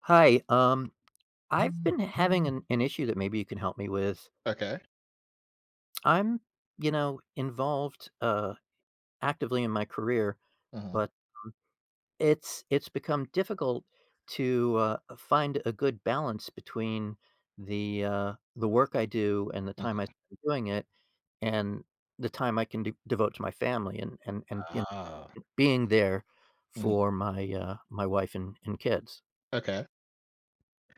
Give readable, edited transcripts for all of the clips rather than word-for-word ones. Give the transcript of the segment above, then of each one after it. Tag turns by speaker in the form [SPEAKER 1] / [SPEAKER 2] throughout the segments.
[SPEAKER 1] Hi. I've been having an issue that maybe you can help me with.
[SPEAKER 2] Okay.
[SPEAKER 1] I'm, you know, involved actively in my career,
[SPEAKER 2] Mhm,
[SPEAKER 1] but um, it's become difficult to find a good balance between the work I do and the
[SPEAKER 2] mhm.
[SPEAKER 1] time I spend doing it, and the time I can devote to my family and
[SPEAKER 2] Ah.
[SPEAKER 1] being there
[SPEAKER 2] Mhm.
[SPEAKER 1] for my wife and kids.
[SPEAKER 2] Okay,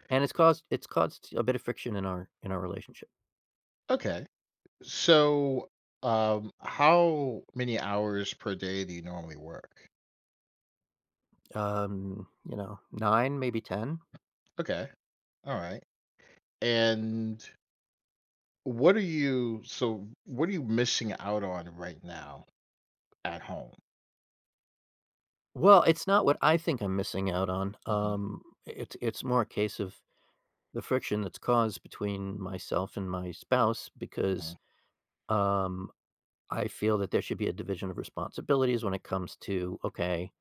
[SPEAKER 1] And it's caused a bit of friction in our relationship.
[SPEAKER 2] okay. So, how many hours per day do you normally work?
[SPEAKER 1] 9, maybe 10.
[SPEAKER 2] Okay, alright. And what are you so what are you missing out on right now at home?
[SPEAKER 1] Well, it's not what I think I'm missing out on.
[SPEAKER 2] Mhm,
[SPEAKER 1] It's more a case of the friction that's caused between myself and my spouse
[SPEAKER 2] mhm,
[SPEAKER 1] because um, I feel that there should be a division of responsibilities when it comes to, okay,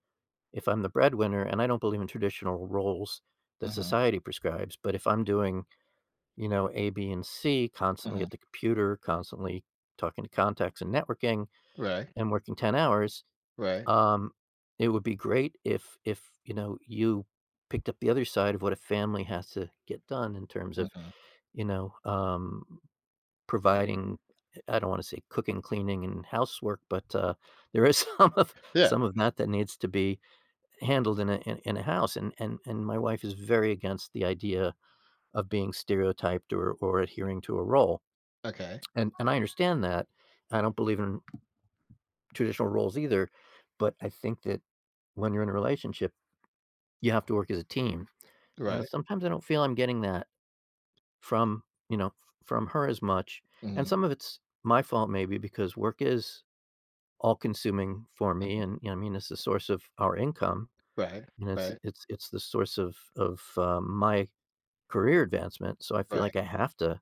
[SPEAKER 1] if I'm the breadwinner and I don't believe in traditional roles that
[SPEAKER 2] mhm,
[SPEAKER 1] society prescribes, but if I'm doing, you know, A, B, and C constantly
[SPEAKER 2] mhm.
[SPEAKER 1] at the computer, constantly talking to contacts and networking
[SPEAKER 2] Right,
[SPEAKER 1] and working 10 hours.
[SPEAKER 2] right,
[SPEAKER 1] Um, it would be great if you picked up the other side of what a family has to get done in terms of,
[SPEAKER 2] mhm.
[SPEAKER 1] you know, um, providing. I don't wanna say cooking, cleaning, and housework, but, there is
[SPEAKER 2] Yeah,
[SPEAKER 1] some of that that needs to be handled in a in in a house, and and my wife is very against the idea of being stereotyped or adhering to a role,
[SPEAKER 2] okay,
[SPEAKER 1] and I understand that. I don't believe in traditional roles either, but I think that when you're in a relationship you have to work as a team,
[SPEAKER 2] right.
[SPEAKER 1] and sometimes I don't feel I'm getting that from, from her as much, and
[SPEAKER 2] Mhm,
[SPEAKER 1] some of it's my fault maybe because work is all-consuming for me,
[SPEAKER 2] mhm.
[SPEAKER 1] and, I mean, it's the source of our income,
[SPEAKER 2] Right,
[SPEAKER 1] and it's
[SPEAKER 2] right,
[SPEAKER 1] it's it's the source of my career advancement, so I feel like
[SPEAKER 2] right.
[SPEAKER 1] I have to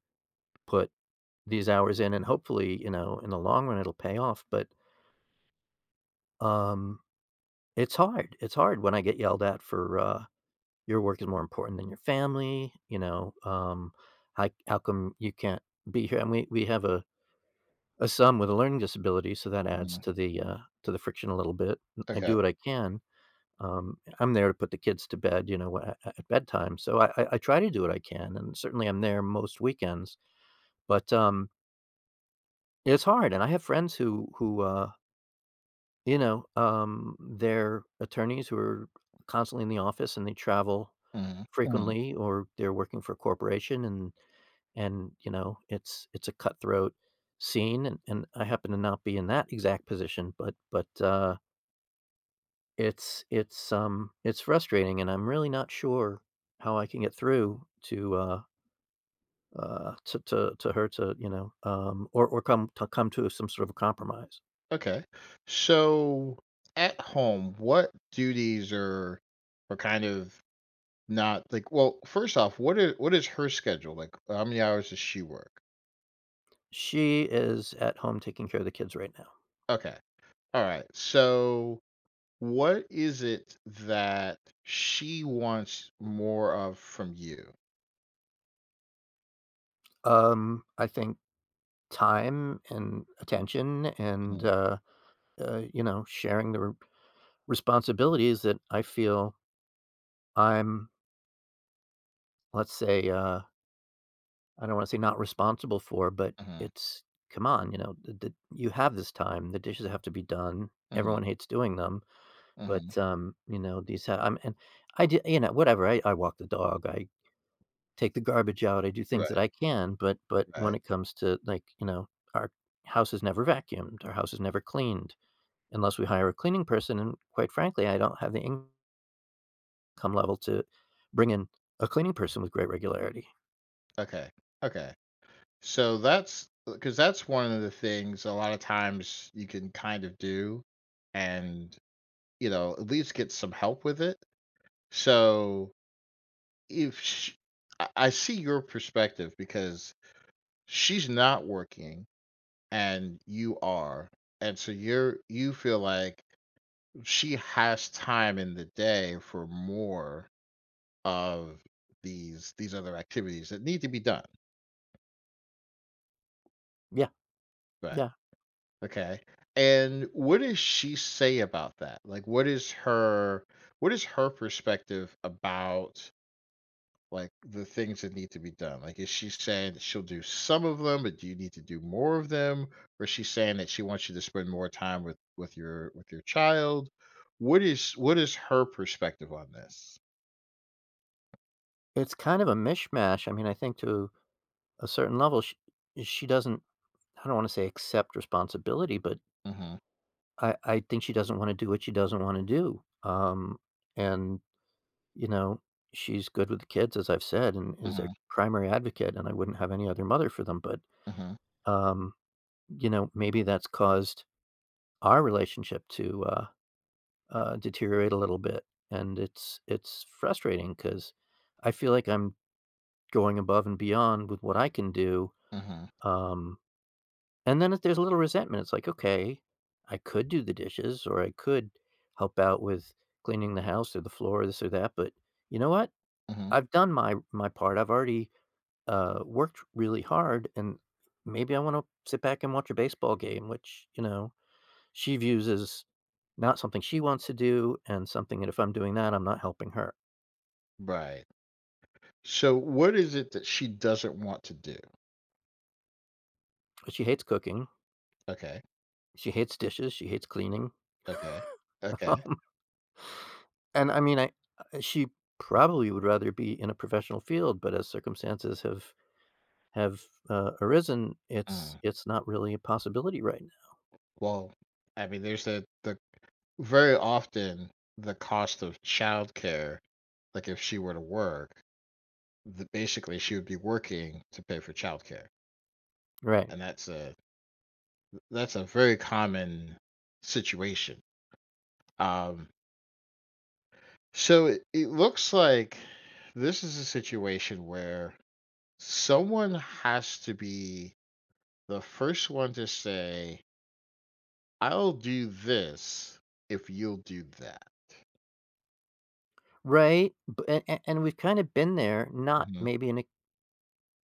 [SPEAKER 1] put these hours in, and hopefully, in the long run, it'll pay off, but, um, it's hard. It's hard when I get yelled at for, your work is more important than your family, how come you can't be here? And we have a son with a learning disability, so that adds
[SPEAKER 2] Mhm.
[SPEAKER 1] to the friction a little bit. I
[SPEAKER 2] Okay.
[SPEAKER 1] do what I can. I'm there to put the kids to bed, you know, at bedtime. So I try to do what I can, and certainly I'm there most weekends. But it's hard, and I have friends who they're attorneys who are constantly in the office and they travel
[SPEAKER 2] Mhm, mhm.
[SPEAKER 1] frequently, or they're working for a corporation, and you know, it's a cutthroat scene, and, I happen to not be in that exact position, but it's frustrating, and I'm really not sure how I can get through to to her, to or come to some sort of a compromise.
[SPEAKER 2] Okay. So at home, what duties are kind of not like well, first off, what is her schedule? Like how many hours does she work?
[SPEAKER 1] She is at home taking care of the kids right now.
[SPEAKER 2] Okay. All right. So what is it that she wants more of from you?
[SPEAKER 1] I think time and attention and,
[SPEAKER 2] Mhm,
[SPEAKER 1] you know, sharing the re responsibilities that I feel I'm, let's say, uh, I don't wanna say not responsible for, but
[SPEAKER 2] mhm,
[SPEAKER 1] it's come on, you know, the you have this time, the dishes have to be done,
[SPEAKER 2] mhm,
[SPEAKER 1] everyone hates doing them,
[SPEAKER 2] mhm.
[SPEAKER 1] but, you know, these ha I'm and I am, and I did, you know, whatever, I walk the dog, I take the garbage out, I do things that
[SPEAKER 2] Right,
[SPEAKER 1] I can, but
[SPEAKER 2] right.
[SPEAKER 1] when it comes to, like, you know, our house is never vacuumed, our house is never cleaned unless we hire a cleaning person, and quite frankly, I don't have the income level to bring in a cleaning person with great regularity.
[SPEAKER 2] Okay. Okay. So that's because that's one of the things a lot of times you can kind of do and you know, at least get some help with it. So if sh I see your perspective because she's not working and you are, and so you feel like she has time in the day for more of these other activities that need to be done.
[SPEAKER 1] Yeah,
[SPEAKER 2] Right.
[SPEAKER 1] yeah.
[SPEAKER 2] Okay. And what does she say about that? Like what is her perspective about like the things that need to be done? Like, is she saying that she'll do some of them, but do you need to do more of them? Or is she saying that she wants you to spend more time with with your child? What is her perspective on this?
[SPEAKER 1] It's kind of a mishmash. I mean, I think to a certain level, she doesn't, I don't wanna say accept responsibility, but
[SPEAKER 2] Mhm,
[SPEAKER 1] I think she doesn't wanna do what she doesn't wanna do, and you know, she's good with the kids, as I've said, and is their
[SPEAKER 2] mhm,
[SPEAKER 1] primary advocate, and I wouldn't have any other mother for them. But,
[SPEAKER 2] mhm,
[SPEAKER 1] um, you know, maybe that's caused our relationship to deteriorate a little bit, and it's frustrating because I feel like I'm going above and beyond with what I can do,
[SPEAKER 2] mhm,
[SPEAKER 1] um, and then if there's a little resentment. It's like, okay, I could do the dishes, or I could help out with cleaning the house or the floor, this or that, but you know what?
[SPEAKER 2] mhm.
[SPEAKER 1] I've done my part. I've already worked really hard, and maybe I want to sit back and watch a baseball game, which, you know, she views as not something she wants to do, and something that if I'm doing that, I'm not helping her.
[SPEAKER 2] Right. So, what is it that she doesn't want to do?
[SPEAKER 1] But she hates cooking.
[SPEAKER 2] Okay,
[SPEAKER 1] She hates dishes. She hates cleaning.
[SPEAKER 2] okay, okay.
[SPEAKER 1] um, and I mean, I she probably would rather be in a professional field, but as circumstances have, arisen, it's
[SPEAKER 2] Mm.
[SPEAKER 1] it's not really a possibility right
[SPEAKER 2] Well, I mean, there's the very often the cost of childcare. Like, if she were to work. Th Basically, she would be working to pay for childcare,
[SPEAKER 1] now. Right.
[SPEAKER 2] and that's a very common situation. Um, so it looks like this is a situation where someone has to be the first one to say, "I'll do this if you'll do that."
[SPEAKER 1] Right. And we've kind of been there, not
[SPEAKER 2] Mhm,
[SPEAKER 1] maybe in a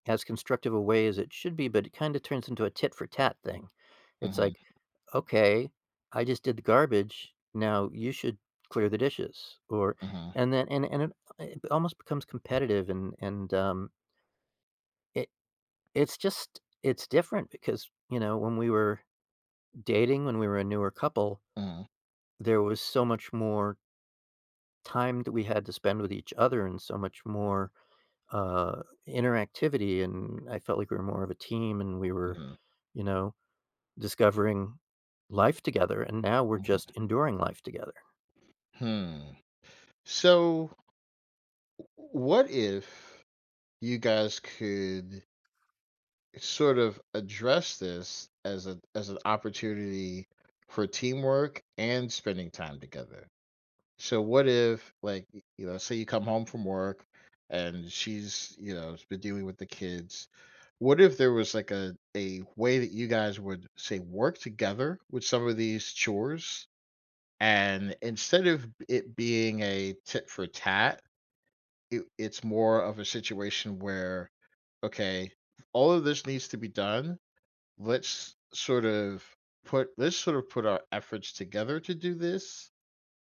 [SPEAKER 1] as constructive a way as it should be, but it kind of turns into a tit for tat thing. It's
[SPEAKER 2] mhm,
[SPEAKER 1] like, okay, I just did the garbage. Now you should clear the dishes, or
[SPEAKER 2] mhm,
[SPEAKER 1] and then and it almost becomes competitive, and it it's just, it's different because you know, when we were dating, when we were a newer couple,
[SPEAKER 2] mhm,
[SPEAKER 1] there was so much more time that we had to spend with each other, and so much more uh interactivity, and I felt like we were more of a team, and we were,
[SPEAKER 2] mhm,
[SPEAKER 1] you know, discovering life together, and now we're just
[SPEAKER 2] mhm.
[SPEAKER 1] enduring life together.
[SPEAKER 2] Hmm. So, what if you guys could sort of address this as a as an opportunity for teamwork and spending time together. So what if like you know, say you come home from work and she's, you know, has been dealing with the kids. What if there was like a way that you guys would say work together with some of these chores, and instead of it being a tit for tat, it's more of a situation where okay, all of this needs to be done, let's sort of let's sort of put our efforts together to do this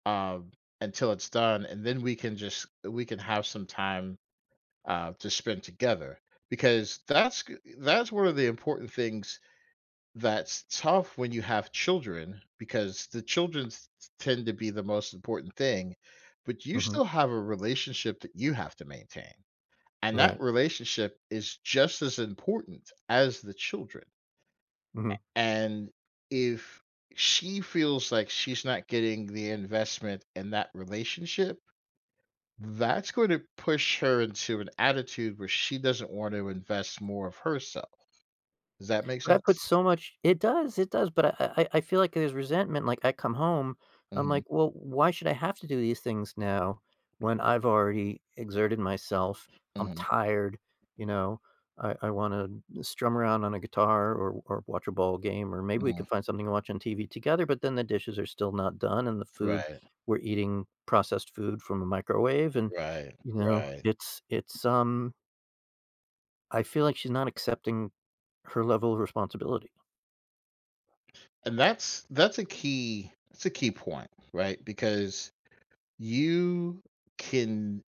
[SPEAKER 2] um until it's done, and then we can have some time to spend together, because that's one of the important things that's tough when you have children, because the children tend to be the most important thing, but you
[SPEAKER 1] Mhm.
[SPEAKER 2] still have a relationship that you have to maintain, and that
[SPEAKER 1] Right.
[SPEAKER 2] relationship is just as important as the children.
[SPEAKER 1] Mhm.
[SPEAKER 2] And if she feels like she's not getting the investment in that relationship, that's going to push her into an attitude where she doesn't want to invest more of herself. Does that make
[SPEAKER 1] But I put
[SPEAKER 2] sense?
[SPEAKER 1] so much It does, it does, but I feel like there's resentment, like, I come home, I'm
[SPEAKER 2] hmm
[SPEAKER 1] like, "Well, why should I have to do these things now when I've already exerted myself? I'm
[SPEAKER 2] hmm
[SPEAKER 1] tired," you know? I wanna strum around on a guitar, or watch a ball game, or maybe we
[SPEAKER 2] hmm
[SPEAKER 1] can find something to watch on TV together," but then the dishes are still not done, and the food
[SPEAKER 2] Right,
[SPEAKER 1] we're eating processed food from a microwave, and,
[SPEAKER 2] right,
[SPEAKER 1] you know,
[SPEAKER 2] right.
[SPEAKER 1] I feel like she's not accepting her level of responsibility.
[SPEAKER 2] And that's that's a key point, right? Because you can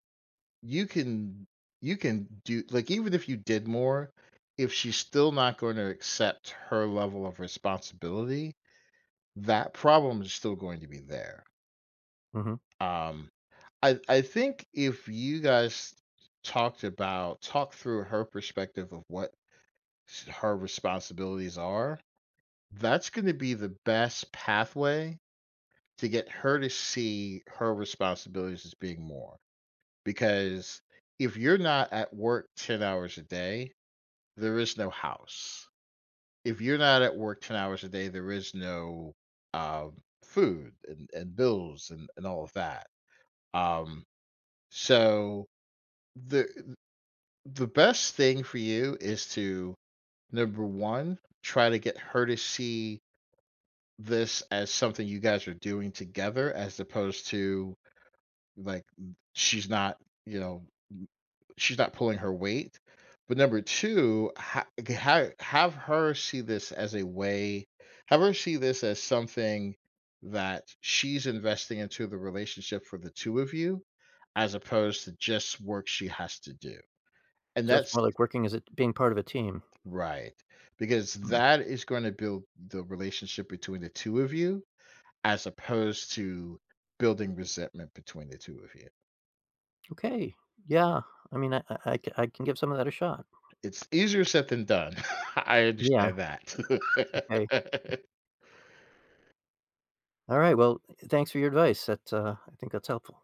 [SPEAKER 2] you can do like, even if you did more, if she's still not going to accept her level of responsibility, that problem is still going to be there.
[SPEAKER 1] Mhm.
[SPEAKER 2] Um, I think if you guys talked through her perspective of what her responsibilities are, that's going to be the best pathway to get her to see her responsibilities as being more. Because if you're not at work 10 hours a day, there is no house. If you're not at work 10 hours a day, there is no, um, food and bills and all of that. Um, so the best thing for you is to, number 1, try to get her to see this as something you guys are doing together as opposed to, like, she's not, you know, she's not pulling her weight. But number two, have her see this as a way, have her see this as something that she's investing into the relationship for the two of you, as opposed to just work she has to do. And
[SPEAKER 1] So it's
[SPEAKER 2] that's
[SPEAKER 1] more like working as, it being part of a team.
[SPEAKER 2] right, because
[SPEAKER 1] Mm.
[SPEAKER 2] that is going to build the relationship between the two of you, as opposed to building resentment between the two of you.
[SPEAKER 1] Okay. Yeah. I mean, I can give some of that a shot.
[SPEAKER 2] It's easier said than done. I
[SPEAKER 1] Yeah.
[SPEAKER 2] understand
[SPEAKER 1] Okay.
[SPEAKER 2] that.
[SPEAKER 1] Alright, well, thanks for your advice. I think that's helpful.